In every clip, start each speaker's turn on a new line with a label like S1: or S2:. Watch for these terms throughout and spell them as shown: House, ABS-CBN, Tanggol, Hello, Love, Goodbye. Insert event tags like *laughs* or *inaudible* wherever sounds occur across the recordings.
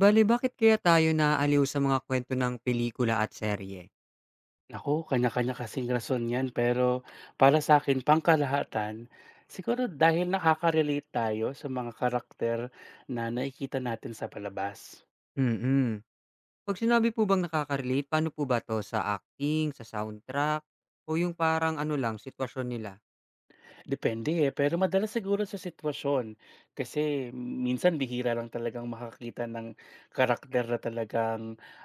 S1: Bali bakit kaya tayo naaaliw sa mga kwento ng pelikula at serye?
S2: Naku, kanya-kanya kasing rason 'yan, pero para sa akin pangkalahatan, siguro dahil nakaka-relate tayo sa mga karakter na nakikita natin sa palabas.
S1: Mm. Pag sinabi po bang nakaka-relate, paano po ba 'to sa acting, sa soundtrack, o yung parang ano lang, sitwasyon nila?
S2: Depende, eh, pero madalas siguro sa sitwasyon. Kasi minsan bihira lang talagang makakita ng karakter na talagang,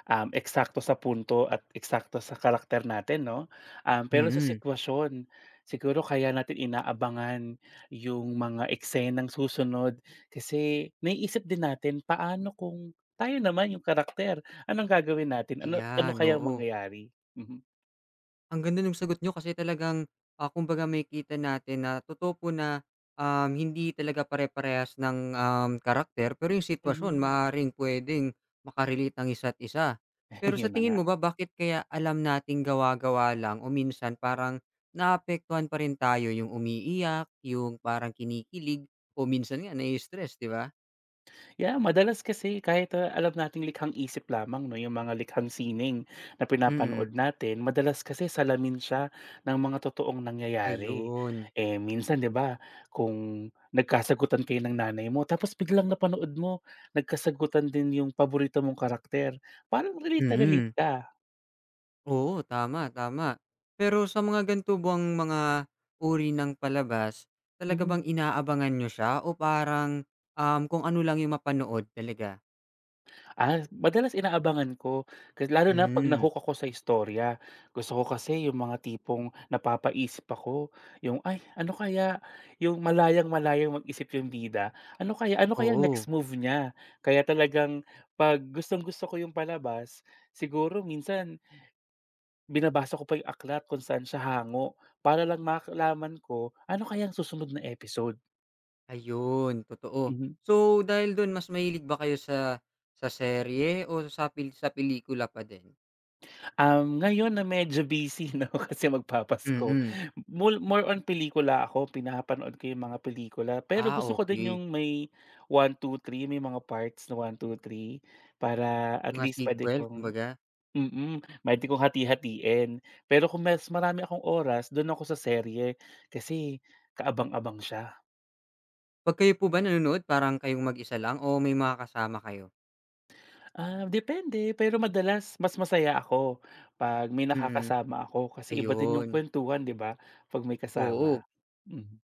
S2: eksakto sa punto at eksakto sa karakter natin, 'no? Pero sa
S1: Mm.
S2: sitwasyon, siguro kaya natin inaabangan yung mga eksenang susunod kasi naiisip din natin, paano kung tayo naman yung karakter, anong gagawin natin? Ano ano
S1: Ayan,
S2: kayang
S1: oo.
S2: mangyayari? Mhm.
S1: Ang ganda ng sagot nyo kasi talagang, kumbaga may kita natin na totoo po na, hindi talaga pare-parehas ng, karakter pero yung sitwasyon
S2: Mhm.
S1: maaaring puwedeng maka-relate ang isa't isa.
S2: *laughs*
S1: Pero sa
S2: Yun na
S1: tingin
S2: nga.
S1: mo ba bakit kaya alam nating gawa-gawa lang o minsan parang naapektuhan pa rin tayo yung umiiyak, yung parang kinikilig o minsan nga na stress 'di ba?
S2: Yeah, madalas kasi kahit, alam nating likhang isip lamang, 'no, yung mga likhang sining na
S1: Mm,
S2: pinapanood natin, madalas kasi salamin siya ng mga totoong nangyayari.
S1: ayun.
S2: Eh, minsan 'di ba kung nagkasagutan kayo ng nanay mo tapos biglang napanood mo, nagkasagutan din yung paborito mong karakter, parang relate na relate
S1: Mm.
S2: ka.
S1: Oo, tama, tama. Pero sa mga ganito bang mga uri ng palabas, talaga
S2: Mhm.
S1: bang inaabangan niyo siya o parang, kung ano lang yung mapanood talaga?
S2: Madalas inaabangan ko kasi lalo na 'pag
S1: Hmm,
S2: na-hook ako sa istorya. Gusto ko kasi yung mga tipong napapaisip ako, yung, "Ay ano kaya?" Yung malayang-malayang mag-isip yung bida. Ano kaya ang
S1: oo,
S2: next move niya? Kaya talagang 'pag gustong-gusto ko yung palabas, siguro minsan binabasa ko pa yung aklat kung saan siya hango para lang malaman ko ano kaya ang susunod na episode.
S1: ayun, totoo.
S2: Mhm.
S1: So, dahil dun mas mahilig ba kayo sa serye o sa pelikula pa din?
S2: Ngayon na medyo busy *laughs* 'no, kasi magpapasko.
S1: Mm.
S2: More on pelikula ako, pinapanood ko yung mga pelikula. Pero
S1: Ah,
S2: gusto ko din
S1: okey.
S2: yung may one two three, may mga parts na one two three para at
S1: Mga
S2: least puwede
S1: sequel
S2: kong
S1: kumbaga.
S2: mm, puwede kong hati-hatiin. Pero kung mas marami akong oras, do'n ako sa serye kasi kaabang-abang siya.
S1: 'Pag kayo po ba nanonood parang kayong mag-isa lang o may mga kasama kayo?
S2: Depende, pero madalas mas masaya ako 'pag may
S1: Mm,
S2: nakakasama ako kasi iba din yung
S1: ayun,
S2: kuwentuhan, 'di ba, 'pag may
S1: oo.
S2: kasama. Hmm.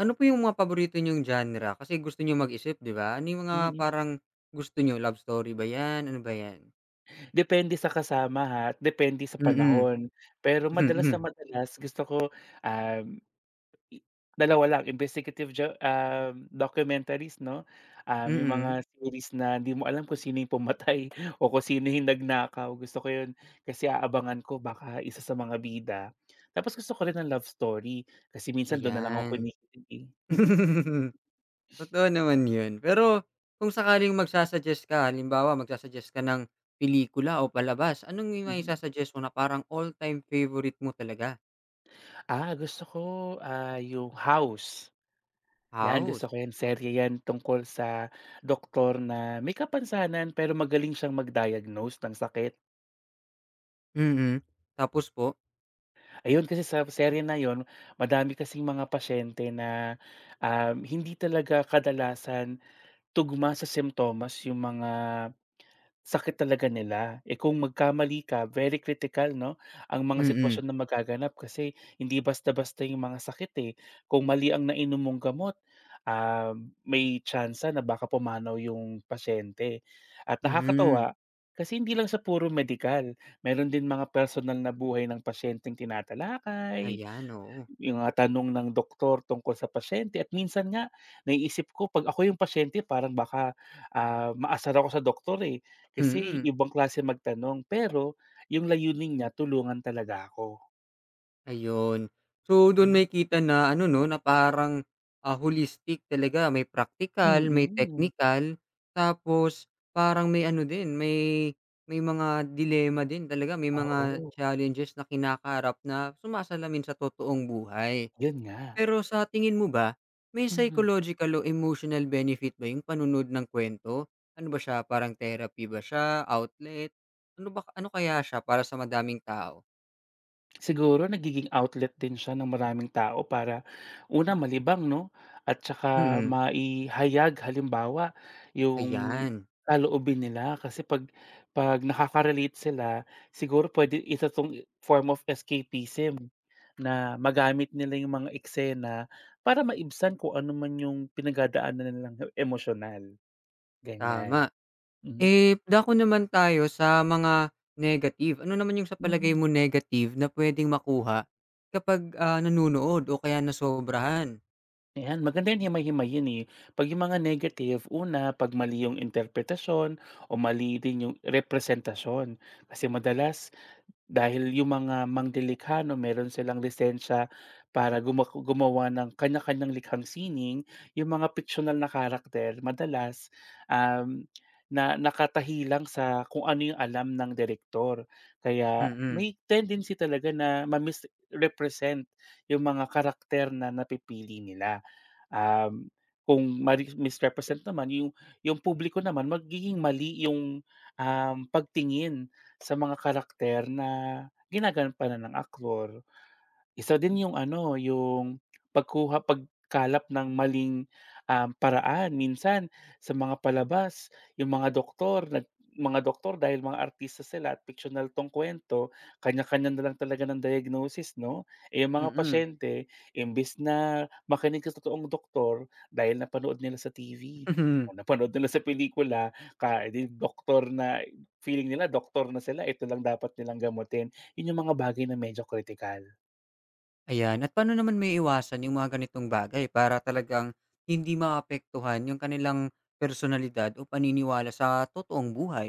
S1: Ano po yung mga paborito niyong genre? Kasi gusto niyo mag-isip, 'di ba? Ano yung mga
S2: Mm,
S1: parang gusto niyo, love story ba 'yan, ano ba 'yan?
S2: Depende sa kasama, ha, at depende sa
S1: Mm.
S2: panahon. Pero madalas na
S1: Mm.
S2: madalas gusto ko, um, i dalawa lang investigative documentaries, 'no, yung
S1: Mm.
S2: mga series na hindi mo alam kung sino yung pumatay *laughs* o kung sino yung nagnakaw, gusto ko yun. Kasi aabangan ko baka isa sa mga bida. Tapos gusto ko rin ng love story kasi minsan doon na lang ako
S1: Ayan.
S2: kinikilig, eh.
S1: *laughs* Totoo naman 'yun. Pero kung sakaling magsa-suggest ka, halimbawa ka ng pelikula o palabas, anong yung
S2: Mhm.
S1: maisa-suggest mo na parang all-time favorite mo talaga?
S2: Gusto ko, yung House. 'Yan gusto
S1: House.
S2: ko 'yan, serye 'yan tungkol sa doktor na may kapansanan pero magaling siyang mag-diagnose ng sakit.
S1: Mm. Tapos po?
S2: Ayun, kasi sa serye na 'yun madami kasing mga pasyente na, hindi talaga kadalasan tugma sa simptomas yung mga sakit talaga nila. Eh, kung magkamali ka, very critical 'no, ang mga
S1: Mm.
S2: sitwasyon na magaganap kasi hindi basta-basta yung mga sakit, eh. Kung mali ang nainom mong gamot, ah, may tsansa na baka pumanaw yung pasyente. At
S1: Hmm.
S2: nakakatuwa kasi hindi lang sa puro medical, meron din mga personal na buhay ng pasyenteng tinatalakay,
S1: Ayan, oo.
S2: yung mga tanong ng doktor tungkol sa pasyente, at minsan nga naiisip ko 'pag ako yung pasyente parang baka, maasar ako sa doktor, eh, kasi
S1: Mm.
S2: ibang klase magtanong. Pero yung layunin niya tulungan talaga ako.
S1: Ayun. So,
S2: Hmm,
S1: doon may
S2: mm.
S1: kita na ano 'no, na parang, holistic talaga, may practical, may
S2: Mm-mm.
S1: technical, tapos parang may ano din, may mga dilemma din talaga, may mga
S2: Oo.
S1: challenges na kinakaharap na sumasalamin sa totoong buhay.
S2: Yun nga.
S1: Pero sa tingin mo ba, may
S2: Mhm.
S1: psychological o emotional benefit ba yung panonood ng kwento? Ano ba siya, parang therapy ba siya, outlet? Ano kaya siya para sa madaming tao?
S2: Siguro nagiging outlet din siya ng maraming tao para una malibang, 'no, at tsaka
S1: Mm,
S2: maihayag halimbawa yung
S1: ayan.
S2: saloobin nila kasi 'pag nakaka-relate sila siguro pwede isa 'tong form of escapism na magamit nila yung mga eksena para maibsan kung ano man yung pinagdadaanan nilang emosyonal, ganyan.
S1: Tama.
S2: Mhm.
S1: Eh, dako naman tayo sa mga negative. Ano naman yung sa palagay
S2: Mhm.
S1: mo negative na puwedeng makuha kapag, nanonood o kaya nasobrahan?
S2: Ayan, maganda yan himay-himayin, eh. 'Pag yung mga negative, una 'pag mali yung interpretasyon o mali din yung representasyon. Kasi madalas dahil yung mga manglilikha 'no, meron silang lisensiya para gumawa ng kanya-kanyang likhang sining. Yung mga fictional na karakter madalas, um, na nakatahi lang sa kung ano yung alam ng direktor. Kaya
S1: Mm,
S2: may tendency talaga na ma-misrepresent yung mga karakter na napipili nila. Um, kung misrepresent naman yung publiko naman, magiging mali yung, pagtingin sa mga karakter na ginagampanan ng aktor. Isa din yung ano, yung pagkuha, pagkalap ng maling, paraan. Minsan sa mga palabas, yung mga doktor dahil mga artista sila at fictional 'tong kwento, kanya-kanya na lang talaga ng diagnosis, 'no? Eh, yung mga
S1: mm.
S2: pasyente, imbes na makinig sa totoong doktor, dahil napanood nila sa TV o
S1: *laughs*
S2: napanood nila sa pelikula eh, di doktor na, feeling nila doktor na sila, ito lang dapat nilang gamutin. Yun yung mga bagay na medyo critical.
S1: Ayan, at paano naman maiiwasan yung mga ganitong bagay para talagang hindi maapektuhan yung kanilang personalidad o paniniwala sa totoong buhay?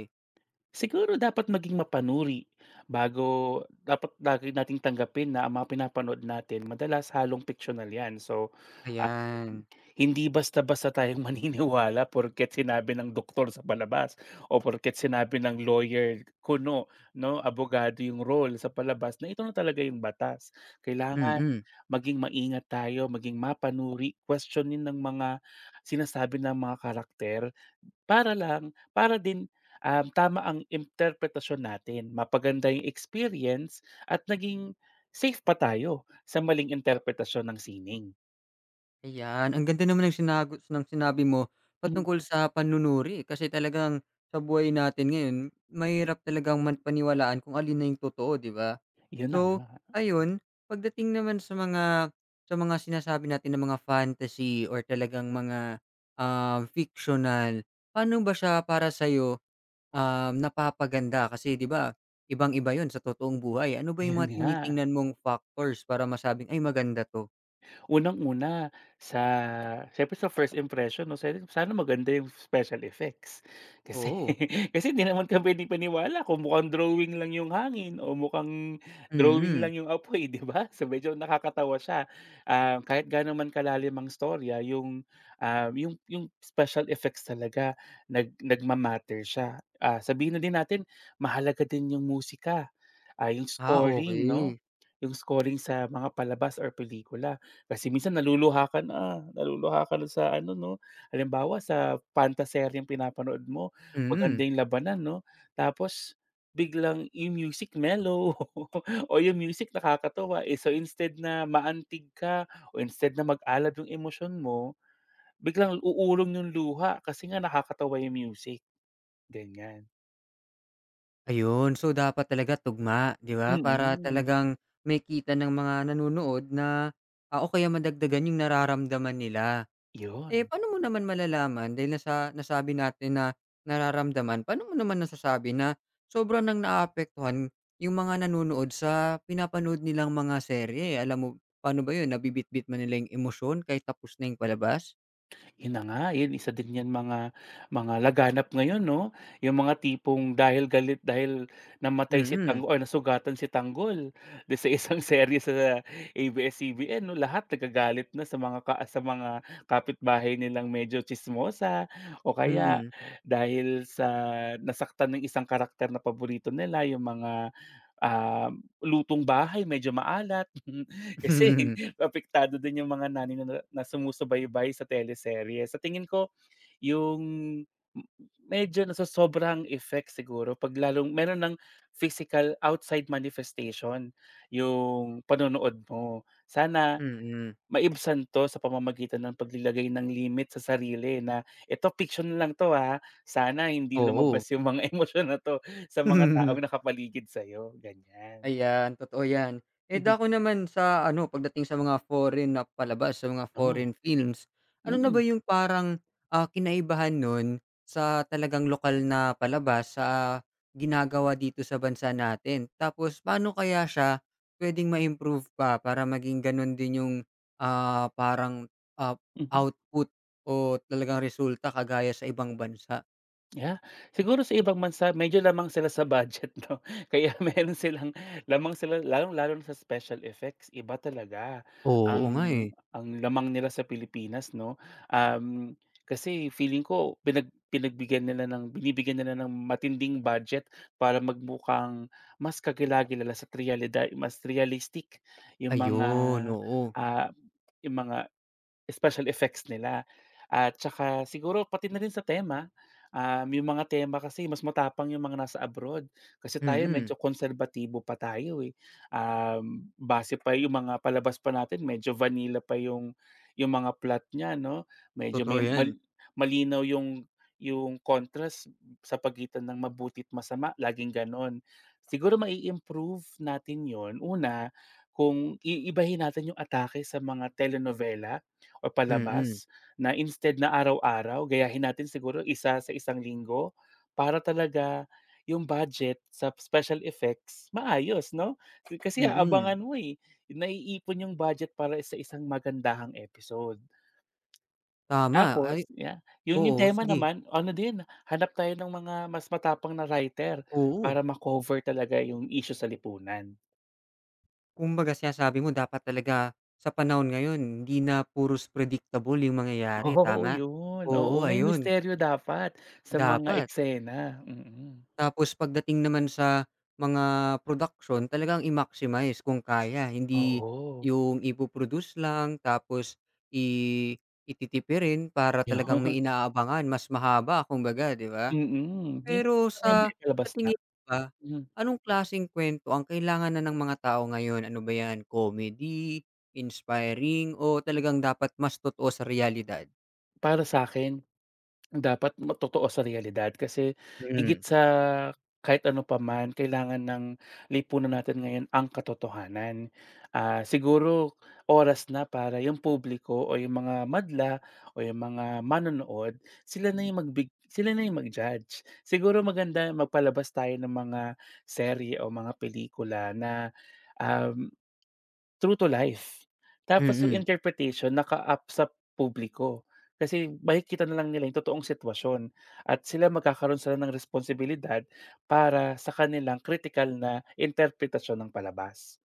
S2: Siguro dapat maging mapanuri, bago dapat lagi nating tanggapin na ang mga pinapanood natin madalas halong piksyonal 'yan. So, ah,
S1: Ayan,
S2: hindi basta-basta tayong *laughs* maniniwala porket sinabi ng doktor sa palabas o porket sinabi ng lawyer kuno, 'no, abogado yung role sa palabas na ito na talaga yung batas. Kailangan
S1: mm.
S2: maging maingat tayo, maging mapanuri, kwestiyonin ng mga sinasabi ng mga karakter para lang para din, tama ang interpretasyon natin, mapaganda yung experience, at naging safe pa tayo sa maling interpretasyon ng sining.
S1: Ayan, ang ganda naman ng sinagot ng sinabi mo patungkol sa panunuri, eh, kasi talagang sa buhay natin ngayon mahirap talagang man paniwalaan kung alin na yung totoo, 'di ba?
S2: *laughs* Yun na
S1: So,
S2: nga,
S1: ayun, pagdating naman sa mga sinasabi natin na mga fantasy or talagang mga, fictional, paano ba siya para sa'yo, napapaganda? Kasi 'di ba, ibang-iba yon sa totoong buhay. Ano ba yung
S2: yun
S1: mga
S2: nga.
S1: tinitingnan mong factors para masabing, "Ay maganda 'to?"
S2: Unang-una, siyempre sa first impression, 'no, sana sana maganda yung special effects. Kasi
S1: Oo,
S2: *laughs* kasi hindi naman kami pwedeng paniwala kung mukhang drawing lang yung hangin o mukhang drawing
S1: mm.
S2: lang yung apoy, *laughs* 'di ba? So, medyo nakakatawa siya. Kahit gaano man kalalim ang istorya, yung, yung special effects talaga nagma-matter siya. Sabihin na din natin, mahalaga din yung musika. Yung
S1: Ah,
S2: scoring, 'no,
S1: okay.
S2: yung scoring sa mga palabas or pelikula. Kasi minsan naluluha ka na sa ano, 'no, halimbawa sa pantaseryeng pinapanood mo,
S1: Mm,
S2: maganda yung labanan, 'no, tapos biglang yung music mellow *laughs* o yung music nakakatawa, eh. So instead na maantig ka o instead na mag-alab yung emosyon mo, biglang uurong yung luha kasi nga nakakatawa yung music, ganyan.
S1: ayun. So, dapat talaga tugma, 'di ba? Para
S2: Mm.
S1: talagang makita ng mga nanonood na, o kaya madagdagan yung nararamdaman nila. Eh,
S2: Yun.
S1: paano mo naman malalaman dahil nasabi natin na nararamdaman, paano mo naman nasasabi na sobrang ng naaapektuhan yung mga nanonood sa pinapanood nilang mga serye? Alam mo paano ba yun, nabibitbit ba nila yung emosyon kahit tapos na yung palabas?
S2: Yun na nga, yun isa din yan, mga laganap ngayon, 'no, yung mga tipong dahil galit, dahil namatay si
S1: Mm,
S2: Tanggol or nasugatan si Tanggol di sa isang *laughs* serye sa ABS-CBN, 'no, lahat nagagalit na sa mga ka sa mga kapitbahay nilang medyo chismosa, o kaya
S1: mm.
S2: dahil sa nasaktan ng isang karakter na paborito nila, yung mga ah, lutong bahay medyo maalat. *laughs* Kasi
S1: Mm.
S2: apektado din yung mga nani na na sumusubaybay sa teleserye. Sa tingin ko yung m medyo nasosobrang effect siguro 'pag lalong meron ng physical outside manifestation yung panonood mo. Sana
S1: Mm.
S2: maibsan 'to sa pamamagitan ng paglilagay ng limit sa sarili na, "Eto fiction lang 'to, ha. Sana
S1: *laughs*
S2: hindi
S1: Oo.
S2: lumabas yung mga *laughs* emosyon na 'to sa mga taong
S1: *laughs*
S2: nakapaligid sa'yo." Ganyan.
S1: Ayan, totoo 'yan. Eh,
S2: Mhm.
S1: dako naman sa ano, pagdating sa mga foreign na palabas, sa mga foreign
S2: Oh,
S1: films, ano na ba
S2: mm,
S1: yung parang, kinaibahan nun sa talagang lokal na palabas sa ginagawa dito sa bansa natin? Tapos paano kaya siya puwedeng ma-improve pa para maging gano'n din yung, parang, ah,
S2: mhm,
S1: output o talagang resulta kagaya sa ibang bansa?
S2: yeah. Siguro sa ibang bansa medyo lamang sila sa budget *laughs* 'no, kaya meron silang lamang sila lalong-lalo na sa special effects, iba talaga
S1: Oo,
S2: ang
S1: oo nga, eh.
S2: ang lamang nila sa Pilipinas, 'no. Um, Kasi feeling ko pinag pinagbigyan nila ng binibigyan nila ng matinding budget para magmukhang mas kakilakilala sa realidad, mas realistic yung mga,
S1: Ayun, oo.
S2: ah, yung mga special effects nila, at saka siguro pati na rin sa tema kasi mas matapang yung mga nasa abroad. Kasi tayo
S1: Mm,
S2: medyo konserbatibo pa tayo, eh. Base pa yung mga palabas pa natin, medyo vanilla pa yung mga plot niya, 'no, medyo
S1: totoo
S2: may mal
S1: 'yan.
S2: malinaw yung contrast sa pagitan ng mabuti at masama, laging gano'n. Siguro mai-improve natin yon una kung iibahin natin yung atake sa mga telenovela o
S1: Mm,
S2: palabas, na instead na araw-araw, gayahin natin siguro isa sa isang linggo para talaga yung budget sa special effects maayos, 'no? Kasi
S1: mm.
S2: aabangan mo, eh, naiipon yung budget para sa isang magandahang episode.
S1: Tama,
S2: Tapos
S1: ay
S2: yeah, yung
S1: oo,
S2: tema
S1: sige,
S2: naman ano din, hanap tayo ng mga mas matapang na writer
S1: oo.
S2: para makover talaga yung issue sa lipunan.
S1: Kumbaga sinasabi mo dapat talaga sa panahon ngayon hindi na puros predictable yung mangyayari,
S2: Oo,
S1: tama?
S2: yun. Oo,
S1: Oo,
S2: may
S1: ayun,
S2: misteryo dapat sa mga
S1: dapat.
S2: eksena. Mm.
S1: Tapos pagdating naman sa mga production talagang i-maximize kung kaya, hindi
S2: Oo.
S1: yung ipo-produce lang tapos i ititipirin para talagang may
S2: Yun, *laughs*
S1: inaabangan mas mahaba kumbaga, 'di ba?
S2: mm. Hindi
S1: Pero
S2: na may
S1: sa
S2: nailalabas na,
S1: tingin mo ba,
S2: hmm.
S1: anong klaseng kwento ang kailangan na ng mga tao ngayon? Ano ba 'yan, comedy, inspiring, o talagang dapat mas totoo sa realidad?
S2: Para sa'kin dapat totoo sa realidad kasi higit
S1: Mm,
S2: sa kahit ano pa man, kailangan ng lipunan natin ngayon ang katotohanan. Siguro oras na para yung publiko o yung mga madla o yung mga manonood, sila na yung mag-judge. Siguro maganda magpalabas tayo ng mga serye o mga pelikula na um true to life. Tapos yung
S1: mm.
S2: interpretation naka-up sa publiko. Kasi makikita na lang nila yung totoong sitwasyon at magkakaroon sila ng responsibilidad para sa kanilang critical na interpretasyon ng palabas.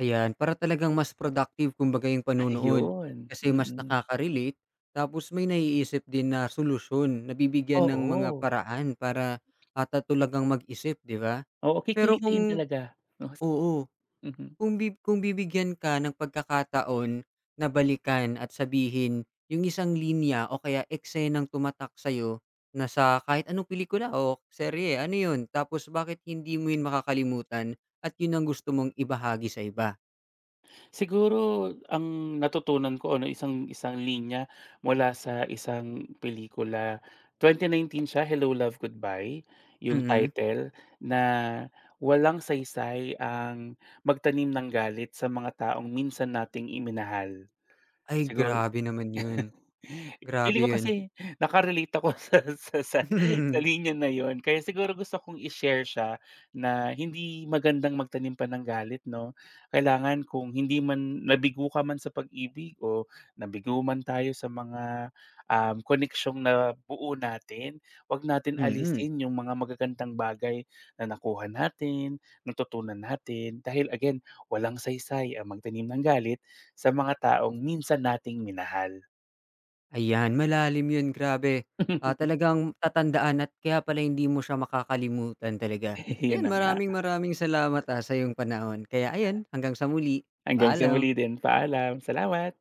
S1: Ayan, para talagang mas productive kumbaga yung panunood,
S2: Ayun,
S1: kasi mas
S2: mm.
S1: nakaka-relate tapos may naiisip din na solusyon, nabibigyan ng mga
S2: Oo.
S1: paraan para, ah, ta talagang mag-isip, 'di ba?
S2: Oo,
S1: Pero
S2: kikilitiin
S1: kung
S2: talaga. *laughs* No?
S1: oo.
S2: Mhm.
S1: Kung bib kung bibigyan ka ng pagkakataon na balikan at sabihin yung isang linya o kaya eksenang tumatak sa'yo na sa kahit anong pelikula o serye, ano yun? Tapos bakit hindi mo yun makakalimutan at yun ang gusto mong ibahagi sa iba?
S2: Siguro ang natutunan ko ano, isang isang linya mula sa isang pelikula, 2019 siya, Hello, Love, Goodbye, yung
S1: Mm.
S2: title na walang saysay ang magtanim ng galit sa mga taong minsan nating iminahal.
S1: Ay,
S2: Siguro
S1: grabe naman yun. Grabe
S2: Feeling ko
S1: yun.
S2: kasi naka-relate ako *laughs* sa
S1: *laughs*
S2: linya na yon, kaya siguro gusto kong i-share siya na hindi magandang magtanim pa ng galit, 'no. Kailangan kung hindi man nabigo ka man sa pag-ibig o nabigo man tayo sa mga, koneksyong nabuo natin, 'wag natin
S1: Mm.
S2: alisin yung mga magagandang bagay na nakuha natin, natutunan natin, dahil again walang saysay ang magtanim ng galit sa mga taong minsan nating minahal.
S1: Ayan, malalim 'yun, grabe. Ah,
S2: *laughs*
S1: talagang tatandaan at kaya pala hindi mo siya makakalimutan talaga.
S2: Yun
S1: Ayan,
S2: na nga.
S1: maraming maraming salamat, sa iyong panahon. Kaya ayan, hanggang sa muli,
S2: Hanggang sa
S1: paalam.
S2: muli din, paalam. Salamat.